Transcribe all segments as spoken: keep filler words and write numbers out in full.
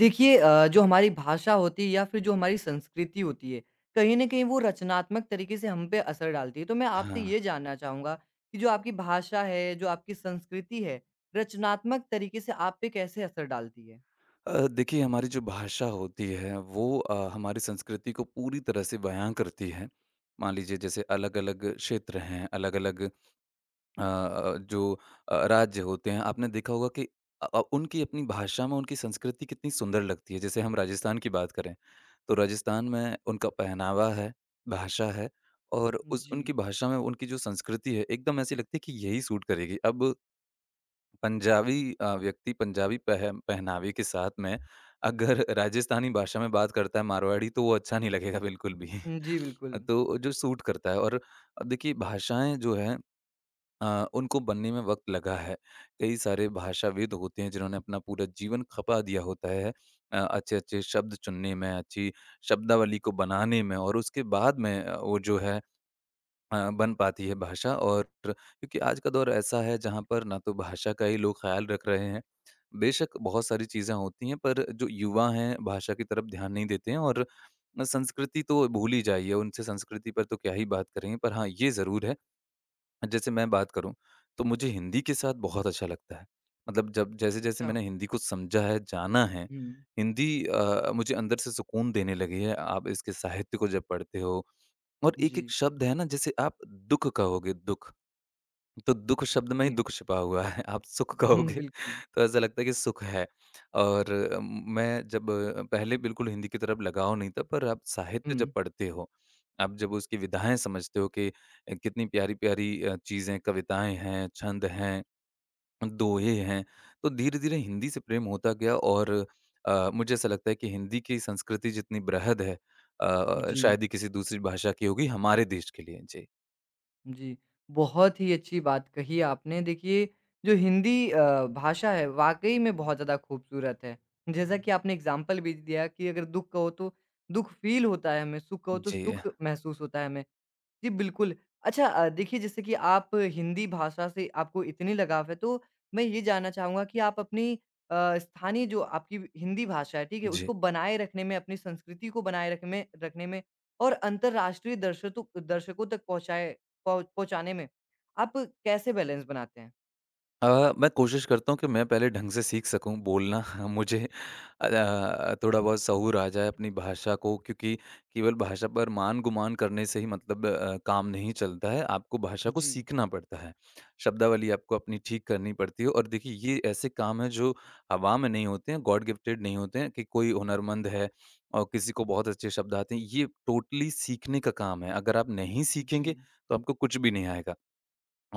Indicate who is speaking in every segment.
Speaker 1: देखिए अ, जो हमारी भाषा होती है या फिर जो हमारी संस्कृति होती है, कहीं न कहीं वो रचनात्मक तरीके से हम पे असर डालती है। तो मैं
Speaker 2: हाँ।
Speaker 1: आपसे ये जानना चाहूँगा कि जो आपकी भाषा है, जो आपकी संस्कृति है, रचनात्मक तरीके से आप पे कैसे असर डालती है?
Speaker 2: अ, देखिए हमारी जो भाषा होती है वो अ, हमारी संस्कृति को पूरी तरह से बयां करती है। मान लीजिए जैसे अलग-अलग क्षेत्र हैं, अलग-अलग अ अ, जो अ, राज्य होते हैं, आपने देखा होगा कि अ अ, उनकी अपनी भाषा में उनकी संस्कृति कितनी सुंदर लगती है। जैसे हम राजस्थान की बात करें, तो राजस्थान में उनका पहनावा है, भाषा है और उस
Speaker 1: जी।
Speaker 2: उनकी भाषा में उनकी जो संस्कृति है एकदम ऐसी लगती है कि यही सूट करेगी। अब पंजाबी अ, व्यक्ति पंजाबी पह पहनावे के साथ में अगर राजस्थानी भाषा में बात करता है मारवाड़ी तो वो अच्छा नहीं लगेगा बिल्कुल भी।
Speaker 1: हुँ, जी, बिल्कुल।
Speaker 2: तो जो सूट करता है और देखिए भाषाएँ जो हैं अ, उनको बनने में वक़्त लगा है। कई सारे भाषाविद होते हैं जिन्होंने अपना पूरा जीवन खपा दिया होता है, अ, अच्छे-अच्छे शब्द चुनने में, अच्छी शब्दावली को बनाने में और उसके बाद में अ, वो जो है अ, बन पाती है भाषा। और क्योंकि आज का दौर ऐसा है जहाँ पर ना तो भाषा का ही लोग ख़्याल रख रहे हैं। बेशक बहुत सारी चीज़ें होती हैं पर जो युवा हैं भाषा की तरफ ध्यान नहीं देते हैं और संस्कृति तो भूल ही जाइए, उनसे संस्कृति पर तो क्या ही बात करेंगे। पर हाँ, ये ज़रूर है, जैसे मैं बात करूँ तो मुझे हिंदी के साथ बहुत अच्छा लगता है। मतलब जब जैसे जैसे
Speaker 1: अच्छा।
Speaker 2: मैंने हिंदी को समझा है, जाना है,
Speaker 1: हुँ,
Speaker 2: हिंदी अ, मुझे अंदर से सुकून देने लगी है। आप इसके साहित्य को जब पढ़ते हो और एक एक
Speaker 1: जी,
Speaker 2: शब्द है ना, जैसे आप दुख कहोगे दुख, तो दुःख शब्द में ही
Speaker 1: जी।
Speaker 2: दुःख छिपा हुआ है। आप सुख
Speaker 1: हुँ,
Speaker 2: कहोगे
Speaker 1: बिल्कुल।
Speaker 2: तो ऐसा लगता है कि सुख है। और अ, मैं जब अ, पहले बिल्कुल हिंदी की तरफ लगाव नहीं था, पर आप साहित्य
Speaker 1: हुँ,
Speaker 2: जब पढ़ते हो, आप जब उसकी विधाएँ समझते हो कि अ, कितनी प्यारी-प्यारी अ, चीज़ें, कविताएँ हैं, छंद हैं, दोहे हैं, तो धीरे-धीरे हिंदी से प्रेम होता गया। और अ, मुझे ऐसा लगता है कि हिंदी की संस्कृति जितनी बृहद है, अ,
Speaker 1: जी।
Speaker 2: शायद ही किसी दूसरी भाषा की होगी हमारे देश के लिए। जी।
Speaker 1: जी, बहुत ही अच्छी बात कही आपने। देखिए, जो हिंदी अ, भाषा है, वाक़ई में बहुत ज़्यादा खूबसूरत है। जैसा कि आपने एग्ज़ाम्पल भी दिया कि अगर दुःख कहो, तो दुःख फ़ील होता है हमें, सुख कहो, तो
Speaker 2: जी।
Speaker 1: सुख महसूस होता है हमें। जी, बिल्कुल। अच्छा अ, देखिए जैसे कि आप हिंदी भाषा से आपको इतनी लगाव है, तो मैं ये जानना चाहूँगा कि आप अपनी अ, स्थानीय जो आपकी हिंदी भाषा है, ठीक है?
Speaker 2: जी।
Speaker 1: उसको बनाए रखने में, अपनी संस्कृति को बनाए रख में रखने में और अंतर्राष्ट्रीय दर्शतों दर्शकों तक पहुँचाए पहुँ पहुँचाने में आप कैसे बैलेंस बनाते हैं?
Speaker 2: अ, मैं कोशिश करता हूँ कि मैं पहले ढंग से सीख सकूँ बोलना। मुझे अ, थोड़ा बहुत सहूर आ जाए अपनी भाषा को, क्योंकि केवल भाषा पर मान गुमान करने से ही मतलब अ, काम नहीं चलता है, आपको भाषा को
Speaker 1: जी।
Speaker 2: सीखना पड़ता है, शब्दावली आपको अपनी ठीक करनी पड़ती है। और देखिए ये ऐसे काम है जो हवा में नहीं होते हैं, गॉड गिफ्टेड नहीं होते हैं कि कोई हुनरमंद है और किसी को बहुत अच्छे शब्द आते हैं। ये टोटली सीखने का काम है, अगर आप नहीं सीखेंगे
Speaker 1: जी,
Speaker 2: तो आपको कुछ भी नहीं आएगा।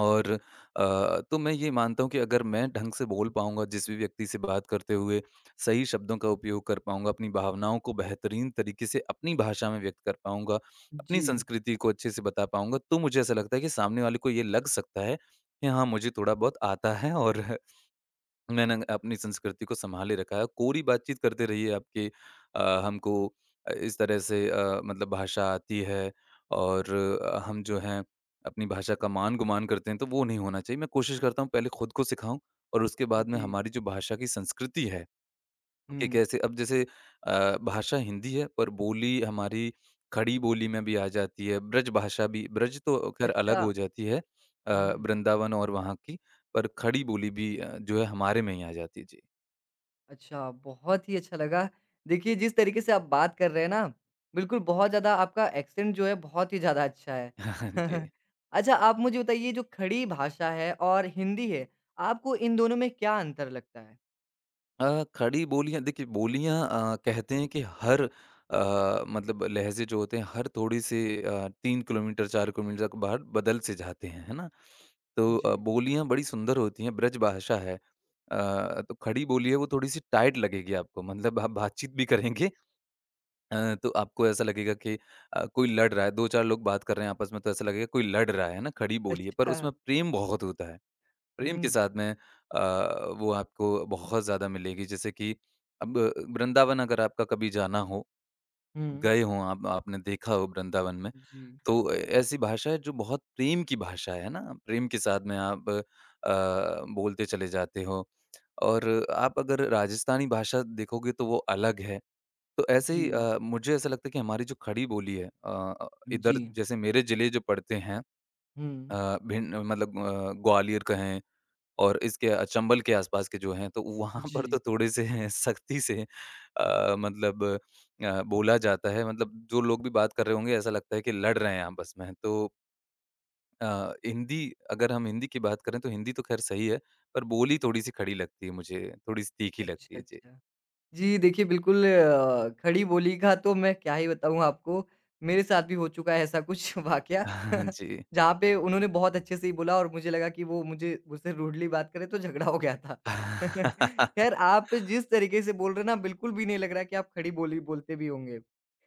Speaker 2: और अ, तो मैं ये मानता हूँ कि अगर मैं ढंग से बोल पाऊँगा, जिस भी व्यक्ति से बात करते हुए सही शब्दों का उपयोग कर पाऊँगा, अपनी भावनाओं को बेहतरीन तरीके से अपनी भाषा में व्यक्त कर पाऊँगा, अपनी
Speaker 1: जी।
Speaker 2: संस्कृति को अच्छे से बता पाऊँगा, तो मुझे ऐसा लगता है कि सामने वाले को ये लग सकता है कि हाँ, मुझे थोड़ा-बहुत आता है और मैंने अपनी संस्कृति को सँभाले रखा है। कोरी बातचीत करते रहिए आपके अ, हमको अ, इस तरह से अ, मतलब भाषा आती है और अ, हम जो हैं अपनी भाषा का मान-गुमान करते हैं, तो वो नहीं होना चाहिए। मैं कोशिश करता हूँ पहले खुद को सिखाऊँ और उसके बाद में
Speaker 1: जी।
Speaker 2: हमारी जो भाषा की संस्कृति है कि
Speaker 1: जी।
Speaker 2: कैसे, अब जैसे अ, भाषा हिंदी है पर बोली हमारी खड़ी बोली में भी आ जाती है, ब्रज भाषा भी, ब्रज तो खैर अलग
Speaker 1: अच्छा।
Speaker 2: हो जाती है, अ,
Speaker 1: हुँ।
Speaker 2: वृंदावन और वहाँ की, पर खड़ी बोली भी अ, जो है हमारे में ही आ जाती है। जी।
Speaker 1: अच्छा, बहुत ही अच्छा लगा। देखिए, जिस तरीके से आप बात कर रहे हैं ना, बिल्कुल बहुत ज़्यादा आपका एक्सेंट जो है, बहुत ही ज़्यादा अच्छा है।
Speaker 2: जी।
Speaker 1: अच्छा, आप मुझे बताइए, जो खड़ी भाषा है और हिंदी है, आपको इन दोनों में क्या अंतर लगता है?
Speaker 2: अ, खड़ी बोलियाँ, देखिए बोलियाँ अ, कहते हैं कि हर अ, मतलब लहजे जो होते हैं हर थोड़ी से अ, तीन किलोमीटर चार किलोमीटर के बाहर बदल से जाते हैं, है ना? तो
Speaker 1: जी।
Speaker 2: अ, बोलियाँ बड़ी सुंदर होती हैं, ब्रज भाषा है। अ, तो खड़ी बोली है, वो थोड़ी-सी टाइट लगेगी आपको, मतलब आप बातचीत भी करेंगे अ, तो आपको ऐसा लगेगा कि अ, कोई लड़ रहा है, दो चार लोग बात कर रहे हैं आपस में, तो ऐसा लगेगा कोई लड़ रहा है ना? खड़ी बोली है, पर
Speaker 1: अच्छा।
Speaker 2: उसमें प्रेम बहुत होता है। प्रेम के
Speaker 1: हुँ,
Speaker 2: साथ में अ, वो आपको बहुत ज़्यादा मिलेगी। जैसे कि अब वृंदावन अगर आपका कभी जाना हो,
Speaker 1: हुँ।
Speaker 2: गए हों आप, आपने देखा हो वृंदावन में,
Speaker 1: जी।
Speaker 2: तो ऐसी भाषा है जो बहुत प्रेम की भाषा है ना, प्रेम के साथ में आप अ, बोलते चले जाते हो। और आप अगर राजस्थानी भाषा देखोगे तो वो अलग है। तो ऐसे
Speaker 1: जी।
Speaker 2: ही अ, मुझे ऐसा लगता है कि हमारी जो खड़ी बोली है, अ,
Speaker 1: जी।
Speaker 2: इधर जैसे मेरे ज़िले जो पड़ते हैं
Speaker 1: हुँ।
Speaker 2: अ, भिंड, मतलब अ, ग्वालियर कहें, और इसके अ, चंबल के आसपास के जो हैं, तो वहाँ
Speaker 1: जी।
Speaker 2: पर तो थोड़े से सख्ती से अ, मतलब अ, बोला जाता है, मतलब जो लोग भी बात कर रहे होंगे ऐसा लगता है कि लड़ रहे हैं आपस में। तो अ, हिंदी अगर हम हिंदी की बात करें तो हिंदी तो ख़ैर सही है, पर बोली थोड़ी-सी खड़ी लगती है मुझे, थोड़ी-सी तीखी लगती
Speaker 1: अच्छा,
Speaker 2: है। जी।
Speaker 1: अच्छा। जी, देखिए बिल्कुल अ, खड़ी बोली का तो मैं क्या ही बताऊँ आपको, मेरे साथ भी हो चुका है ऐसा कुछ वाक़या
Speaker 2: जी।
Speaker 1: जहाँ पे उन्होंने बहुत अच्छे से ही बोला और मुझे लगा कि वो मुझे मुझसे रूडली बात कर रहे तो झगड़ा हो गया था। ख़ैर आप जिस तरीके से बोल रहे हैं ना बिल्कुल भी नहीं लग रहा है कि आप खड़ी बोली बोलते भी होंगे।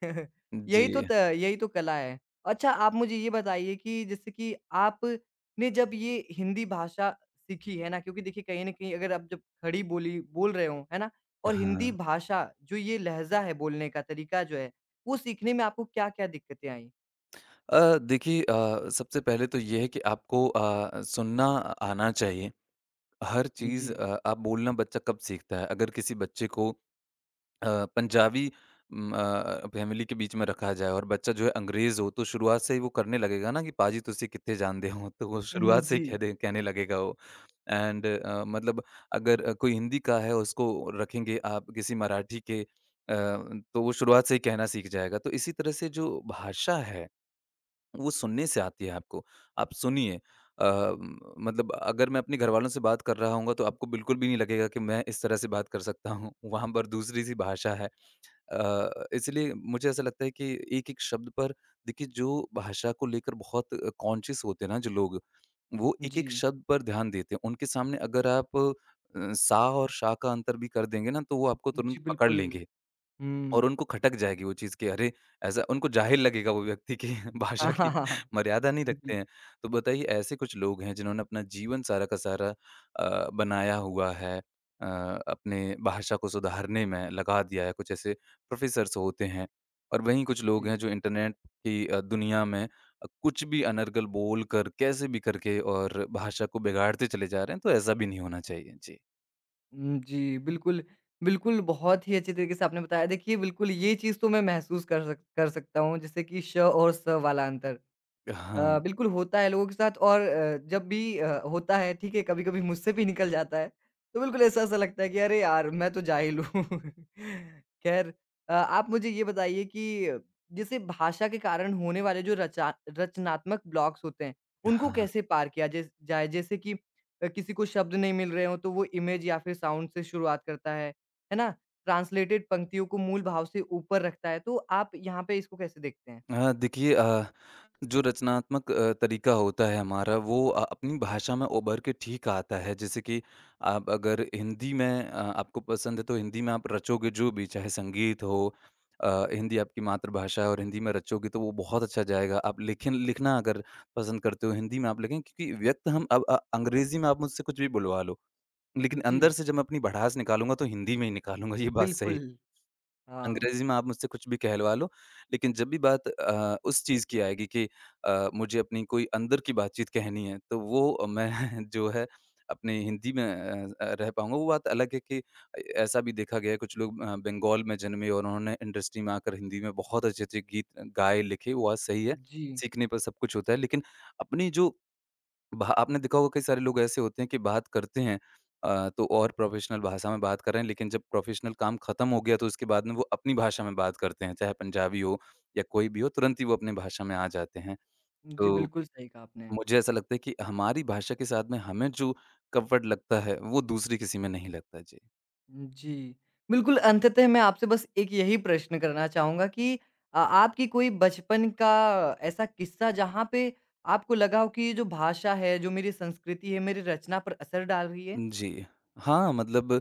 Speaker 1: यही तो
Speaker 2: जी,
Speaker 1: त यही तो कला है। अच्छा आप मुझे ये बताइए कि जैसे कि आपने जब ये हिंदी भाषा सीखी है ना, क्योंकि देखिए कहीं न कहीं अगर आप जब खड़ी बोली बोल रहे हो, है ना? और हिंदी
Speaker 2: हाँ।
Speaker 1: भाषा जो ये लहज़ा है बोलने का तरीका जो है, वो सीखने में आपको क्या-क्या दिक्कतें आईं?
Speaker 2: अ, देखिए, अ, सबसे पहले तो ये है कि आपको अ, सुनना आना चाहिए। हर
Speaker 1: जी।
Speaker 2: चीज़ अ, आप बोलना, बच्चा कब सीखता है? अगर किसी बच्चे को अ, पंजाबी उम, अ, फैमिली के बीच में रखा जाए और बच्चा जो है अंग्रेज़ हो, तो शुरुआत से ही वो करने लगेगा ना कि "पाजी तुसी कित्थे जानदे हो?" तो वो
Speaker 1: हुँ,
Speaker 2: शुरुआत से ही कह
Speaker 1: जी,
Speaker 2: दे कहने लगेगा वो। एंड अ, मतलब अगर अ, कोई हिंदी का है, उसको रखेंगे आप किसी मराठी के अ, तो वो शुरुआत से ही कहना सीख जाएगा। तो इसी तरह से जो भाषा है वो सुनने से आती है आपको। आप सुनिए अ, म- मतलब अगर मैं अपने घरवालों से बात कर रहा होऊँगा तो आपको बिल्कुल भी नहीं लगेगा कि मैं इस तरह से बात कर सकता हूँ। वहाँ पर दूसरी-सी भाषा है। अ, इसलिए मुझे ऐसा लगता है कि एक-एक शब्द पर, देखिए जो भाषा को लेकर बहुत कॉन्शियस होते हैं ना जो लोग, वो
Speaker 1: जी।
Speaker 2: एक-एक शब्द पर ध्यान देते हैं। उनके सामने अगर आप अ, सा और शा का अंतर भी कर देंगे ना तो वो आपको तुरंत
Speaker 1: जी,
Speaker 2: पकड़
Speaker 1: बिल्कुल।
Speaker 2: लेंगे। और
Speaker 1: हुँ।
Speaker 2: उनको खटक जाएगी वो चीज़ कि अरे! ऐसा उनको जाहिल लगेगा वो व्यक्ति कि
Speaker 1: हाँ,
Speaker 2: भाषा
Speaker 1: हाँ,
Speaker 2: की
Speaker 1: हाँ, हाँ।
Speaker 2: मर्यादा नहीं रखते
Speaker 1: जी,
Speaker 2: हैं। तो बताइए, ऐसे कुछ लोग हैं जिन्होंने अपना जीवन सारा का सारा अ, बनाया हुआ है, अ, अपने भाषा को सुधारने में लगा दिया है, कुछ ऐसे प्रोफ़ेसर्स होते हैं। और वहीं कुछ लोग
Speaker 1: जी।
Speaker 2: हैं जो इंटरनेट की अ, दुनिया में अ, कुछ भी अनर्गल बोल कर कैसे भी करके और भाषा को बिगाड़ते चले जा रहे हैं, तो ऐसा भी नहीं होना चाहिए। जी।
Speaker 1: हुँ, जी, बिल्कुल, बिल्कुल, बहुत ही अच्छे तरीके से आपने बताया। देखिए, बिल्कुल ये चीज़ तो मैं महसूस कर सक कर सकता हूँ, जैसे कि श और स वाला अंतर।
Speaker 2: हाँ,
Speaker 1: अ, बिल्कुल होता है लोगों के साथ और अ, जब भी अ, होता है ठीक है, कभी-कभी मुझसे भी निकल जाता है, तो बिल्कुल ऐसा-ऐसा लगता है कि अरे यार! मैं तो जाहिल हूँ। खैर अ, आप मुझे ये बताइए कि जैसे भाषा के कारण होने वाले जो रचा रचनात्मक ब्लॉक्स होते हैं, उनको
Speaker 2: हाँ।
Speaker 1: कैसे पार किया जैस जाए? जैसे कि अ, किसी को शब्द नहीं मिल रहे हों तो वो इमेज या फिर साउंड से शुरुआत करता है, है ना? ट्रांसलेटेड पंक्तियों को मूल भाव से ऊपर रखता है, तो आप यहाँ पे इसको कैसे देखते हैं?
Speaker 2: अ, देखिए, अ जो रचनात्मक अ, तरीका होता है हमारा वो अ, अपनी भाषा में उभर के ठीक आता है। जैसे कि आप अगर हिंदी में अ, आपको पसंद है तो हिंदी में आप रचोगे, जो भी चाहे संगीत हो, अ, हिंदी आपकी मातृभाषा है और हिंदी में रचोगे तो वो बहुत अच्छा जाएगा। आप लेखन, लिखना अगर पसंद करते हो, हिंदी में आप लिखें क्योंकि व्यक्त हम, अब अ, अंग्रेजी में आप मुझसे कुछ भी बुलवा लो, लेकिन
Speaker 1: जी,
Speaker 2: अंदर से जब मैं अपनी भड़ास निकालूंगा तो हिंदी में ही निकालूंगा, ये बात सही है।
Speaker 1: बिल्कुल। हाँ,
Speaker 2: अंग्रेज़ी में आप मुझसे कुछ भी कहलवा लो, लेकिन जब भी बात अ, उस चीज़ की आएगी कि अ, मुझे अपनी कोई अंदर की बातचीत कहनी है, तो वो मैं जो है अपनी हिंदी में अ अ, रह पाऊँगा। वो बात अलग है कि अ, ऐसा भी देखा गया है कुछ लोग अ, बंगाल में जन्मे और उन्होंने इंडस्ट्री में आकर हिंदी में बहुत अच्छे-अच्छे गीत गाए, लिखे, वो बात सही है,
Speaker 1: जी।
Speaker 2: सीखने पर सब कुछ होता है। लेकिन अपनी जो भा आपने देखा होगा कई सारे लोग ऐसे होते हैं कि बात करते हैं अ, तो और प्रोफेशनल भाषा में बात कर रहे हैं, लेकिन जब प्रोफेशनल काम खत्म हो गया तो उसके बाद में वो अपनी भाषा में बात करते हैं, चाहे पंजाबी हो या कोई भी हो, तुरंत ही वो अपनी भाषा में आ जाते हैं। तो
Speaker 1: जी, बिल्कुल सही कहा आपने।
Speaker 2: मुझे ऐसा लगता है कि हमारी भाषा के साथ में हमें जो कंफर्ट लगता है वो दूसरी किसी में नहीं लगता। जी।
Speaker 1: जी, बिल्कुल अंततः मैं आपसे बस एक यही प्रश्न करना चाहूँगा कि अ, आपकी कोई बचपन का ऐसा किस्सा जहाँ पे आपको लगा हो कि ये जो भाषा है, जो मेरी संस्कृति है, मेरी रचना पर असर डाल रही है?
Speaker 2: जी। हाँ, मतलब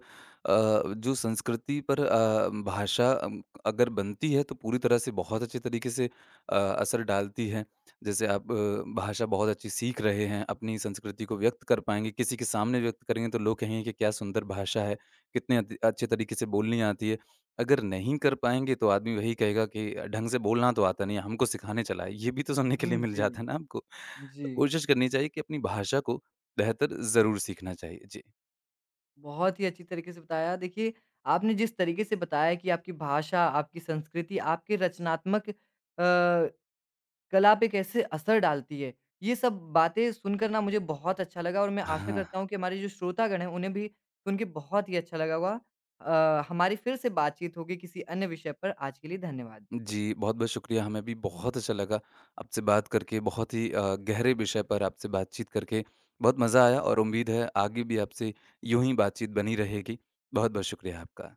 Speaker 2: अ, जो संस्कृति पर अ, भाषा अम, अगर बनती है तो पूरी तरह से बहुत अच्छे तरीके से अ, असर डालती है। जैसे आप अ, भाषा बहुत अच्छी सीख रहे हैं, अपनी संस्कृति को व्यक्त कर पाएँगे, किसी के सामने व्यक्त करेंगे तो लोग कहेंगे कि क्या सुंदर भाषा है, कितने अति अच्छे तरीके से बोलनी आती है। अगर नहीं कर पाएँगे तो आदमी वही कहेगा कि ढंग से बोलना तो आता नहीं है, हमको सिखाने चला है, ये भी तो सुनने के लिए
Speaker 1: हुँ,
Speaker 2: मिल
Speaker 1: जी।
Speaker 2: जाता है ना आपको। तो
Speaker 1: जी,
Speaker 2: कोशिश करनी चाहिए कि अपनी भाषा को बेहतर ज़रूर सीखना चाहिए। जी।
Speaker 1: बहुत ही अच्छी तरीके से बताया। देखिए, आपने जिस तरीके से बताया कि आपकी भाषा, आपकी संस्कृति, आपके रचनात्मक अ कला पे कैसे असर डालती है। ये सब बातें सुनकर ना मुझे बहुत अच्छा लगा और मैं आशा
Speaker 2: हाँ,
Speaker 1: करता हूँ कि हमारे जो श्रोतागण हैं उन्हें भी सुन के बहुत ही अच्छा लगा होगा। अ, हमारी फिर से बातचीत होगी किसी अन्य विषय पर। आज के लिए धन्यवाद।
Speaker 2: जी, बहुत-बहुत शुक्रिया, हमें भी बहुत अच्छा लगा आपसे बात करके, बहुत ही अ, गहरे विषय पर आपसे बातचीत करके बहुत मज़ा आया और उम्मीद है आगे भी आपसे यूँ ही बातचीत बनी रहेगी। बहुत-बहुत शुक्रिया आपका।